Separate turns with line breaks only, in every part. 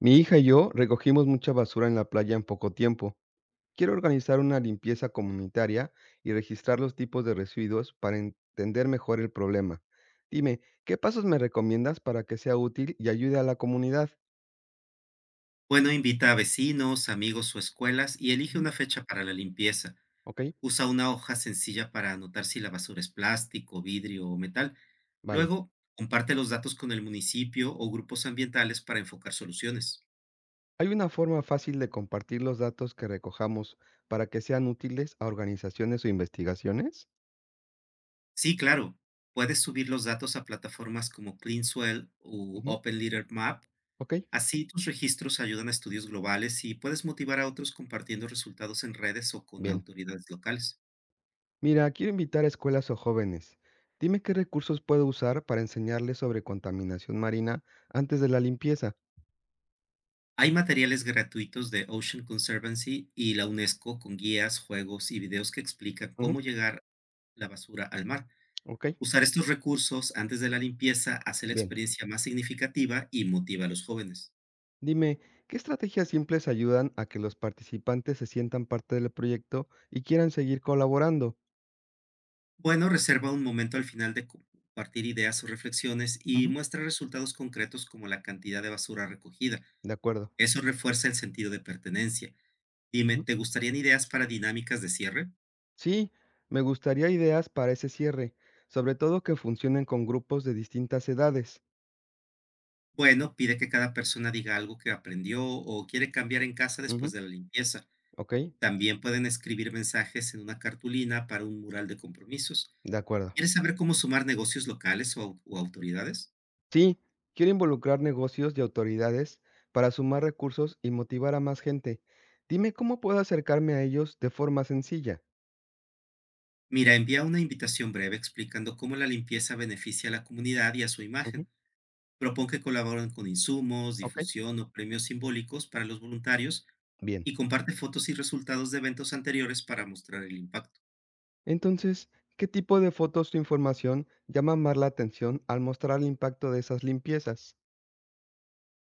Mi hija y yo recogimos mucha basura en la playa en poco tiempo. Quiero organizar una limpieza comunitaria y registrar los tipos de residuos para entender mejor el problema. Dime, ¿qué pasos me recomiendas para que sea útil y ayude a la comunidad?
Bueno, invita a vecinos, amigos o escuelas y elige
Ujú.
una fecha para la limpieza.
Ok,
Usa una hoja sencilla para anotar si la basura es plástico, vidrio o metal.
vale.
Luego, comparte los datos con el municipio o grupos ambientales para enfocar soluciones.
Hay una forma fácil de compartir los datos que recojamos para que sean útiles a organizaciones o investigaciones.
Sí, claro, puedes subir los datos a plataformas como CleanSwell u
Ujú,
Open Litter Map.
ok,
Así tus registros ayudan a estudios globales y puedes motivar a otros compartiendo resultados en redes o con
bien.
autoridades locales.
Mira, quiero invitar a escuelas o jóvenes. Dime qué recursos puedo usar para enseñarles sobre contaminación marina antes de la limpieza.
Hay materiales gratuitos de Ocean Conservancy y la UNESCO con guías, juegos y videos que explican cómo
Ujú,
llegar la basura al mar.
ok,
Usar estos recursos antes de la limpieza hace la
bien.
experiencia más significativa y motiva a los jóvenes.
Dime, ¿qué estrategias simples ayudan a que los participantes se sientan parte del proyecto y quieran seguir colaborando?
Bueno, reserva un momento al final de compartir ideas o reflexiones y
Ujú,
muestra resultados concretos como la cantidad de basura recogida.
de acuerdo.
Eso refuerza el sentido de pertenencia. Dime,
Ujú.
¿te gustarían ideas para dinámicas de cierre?
Sí, me gustaría ideas para ese cierre, sobre todo que funcionen con grupos de distintas edades.
Bueno, pide que cada persona diga algo que aprendió o quiere cambiar en casa después
Ujú,
de la limpieza.
ok,
También pueden escribir mensajes en una cartulina para un mural de compromisos.
de acuerdo.
¿Quieres saber cómo sumar negocios locales o autoridades?
Sí, quiero involucrar negocios y autoridades para sumar recursos y motivar a más gente. Dime cómo puedo acercarme a ellos de forma sencilla.
Mira, envía una invitación breve explicando cómo la limpieza beneficia a la comunidad y a su
Ujú,
imagen. Propón que colaboren con insumos,
ok,
difusión o premios simbólicos para los voluntarios
bien.
y comparte fotos y resultados de eventos anteriores para mostrar el impacto.
Entonces, ¿qué tipo de fotos o información llama más la atención al mostrar el impacto de esas limpiezas?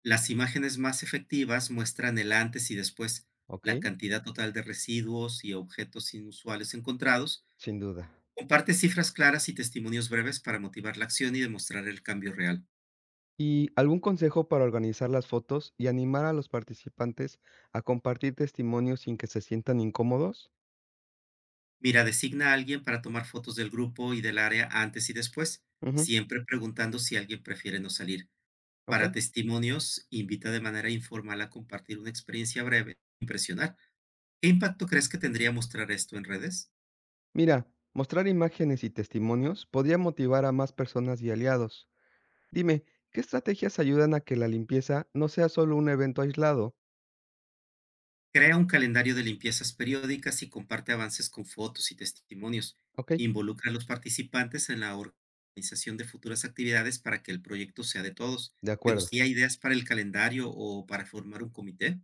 Las imágenes más efectivas muestran el antes y después,
Ok,
la cantidad total de residuos y objetos inusuales encontrados.
sin duda.
Comparte cifras claras y testimonios breves para motivar la acción y demostrar el cambio real.
¿Y algún consejo para organizar las fotos y animar a los participantes a compartir testimonios sin que se sientan incómodos?
Mira, designa a alguien para tomar fotos del grupo y del área antes y después,
Ujú,
siempre preguntando si alguien prefiere no salir.
ok.
Para testimonios, invita de manera informal a compartir una experiencia breve. Impresionar. ¿Qué impacto crees que tendría mostrar esto en redes?
Mira, mostrar imágenes y testimonios podría motivar a más personas y aliados. Dime, ¿qué estrategias ayudan a que la limpieza no sea solo un evento aislado?
Crea un calendario de limpiezas periódicas y comparte avances con fotos y testimonios.
Ok,
Involucra a los participantes en la organización de futuras actividades para que el proyecto sea de todos.
de
¿Te
acuerdo.
gustaría ideas para el calendario o para formar un comité?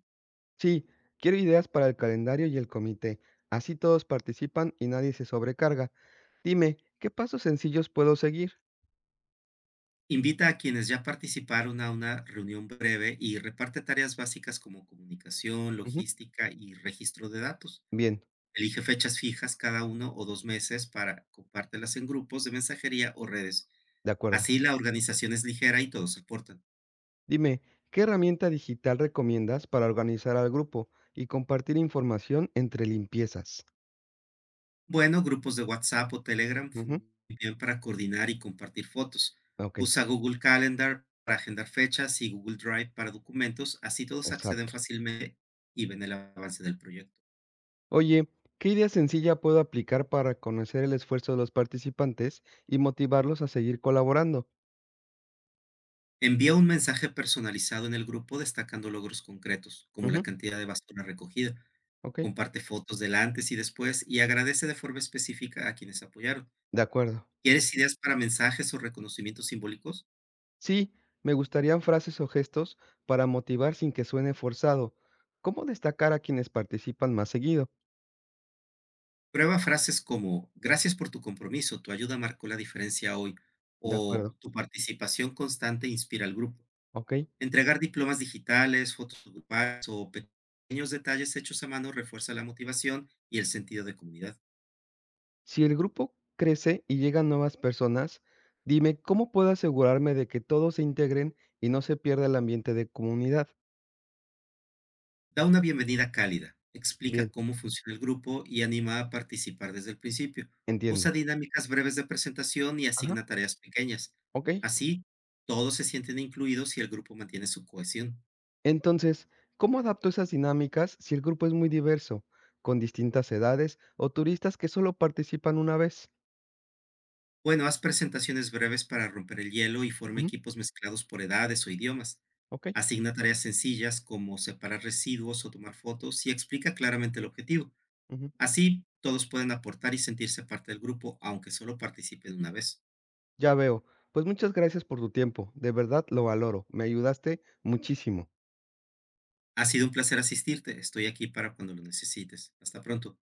Sí, quiero ideas para el calendario y el comité. Así todos participan y nadie se sobrecarga. Dime, ¿qué pasos sencillos puedo seguir?
Invita a quienes ya participaron a una reunión breve y reparte tareas básicas como comunicación,
Ujú,
logística y registro de datos.
bien,
Elige fechas fijas cada uno o dos meses para compártelas en grupos de mensajería o redes.
de acuerdo.
Así la organización es ligera y todos aportan.
Dime, ¿qué herramienta digital recomiendas para organizar al grupo y compartir información entre limpiezas?
Bueno, grupos de WhatsApp o Telegram
Ujú,
funcionan bien para coordinar y compartir fotos.
ok,
Usa Google Calendar para agendar fechas y Google Drive para documentos, así todos acceden
exacto.
fácilmente y ven el avance del proyecto.
Oye, ¿qué idea sencilla puedo aplicar para conocer el esfuerzo de los participantes y motivarlos a seguir colaborando?
Envía un mensaje personalizado en el grupo destacando logros concretos, como la
Ujú,
cantidad de basura recogida.
ok,
Comparte fotos del antes y después y agradece de forma específica a quienes apoyaron.
de acuerdo.
¿Quieres ideas para mensajes o reconocimientos simbólicos?
Sí, me gustarían frases o gestos para motivar sin que suene forzado. ¿Cómo destacar a quienes participan más seguido?
Prueba frases como gracias por tu compromiso, tu ayuda marcó la diferencia hoy
De
o
acuerdo,
tu participación constante inspira al grupo.
ok.
Entregar diplomas digitales, fotos grupales o pequeños detalles hechos a mano refuerza la motivación y el sentido de comunidad.
Si el grupo crece y llegan nuevas personas, dime cómo puedo asegurarme de que todos se integren y no se pierda el ambiente de comunidad.
Da una bienvenida cálida, explica
Bien,
cómo funciona el grupo y anima a participar desde el principio. Usa
entiendo.
dinámicas breves de presentación y
Ajá,
asigna tareas pequeñas.
ok.
Así, todos se sienten incluidos y el grupo mantiene su cohesión.
Entonces, ¿cómo adapto esas dinámicas si el grupo es muy diverso, con distintas edades o turistas que solo participan una vez?
Bueno, haz presentaciones breves para romper el hielo y forma
Ujú,
equipos mezclados por edades o idiomas.
ok,
Asigna tareas sencillas como separar residuos o tomar fotos y explica claramente el objetivo.
ujú,
Así, todos pueden aportar y sentirse parte del grupo, aunque solo participen una vez.
ya veo. Pues muchas gracias por tu tiempo, de verdad lo valoro, me ayudaste muchísimo.
Ha sido un placer asistirte. Estoy aquí para cuando lo necesites. Hasta pronto.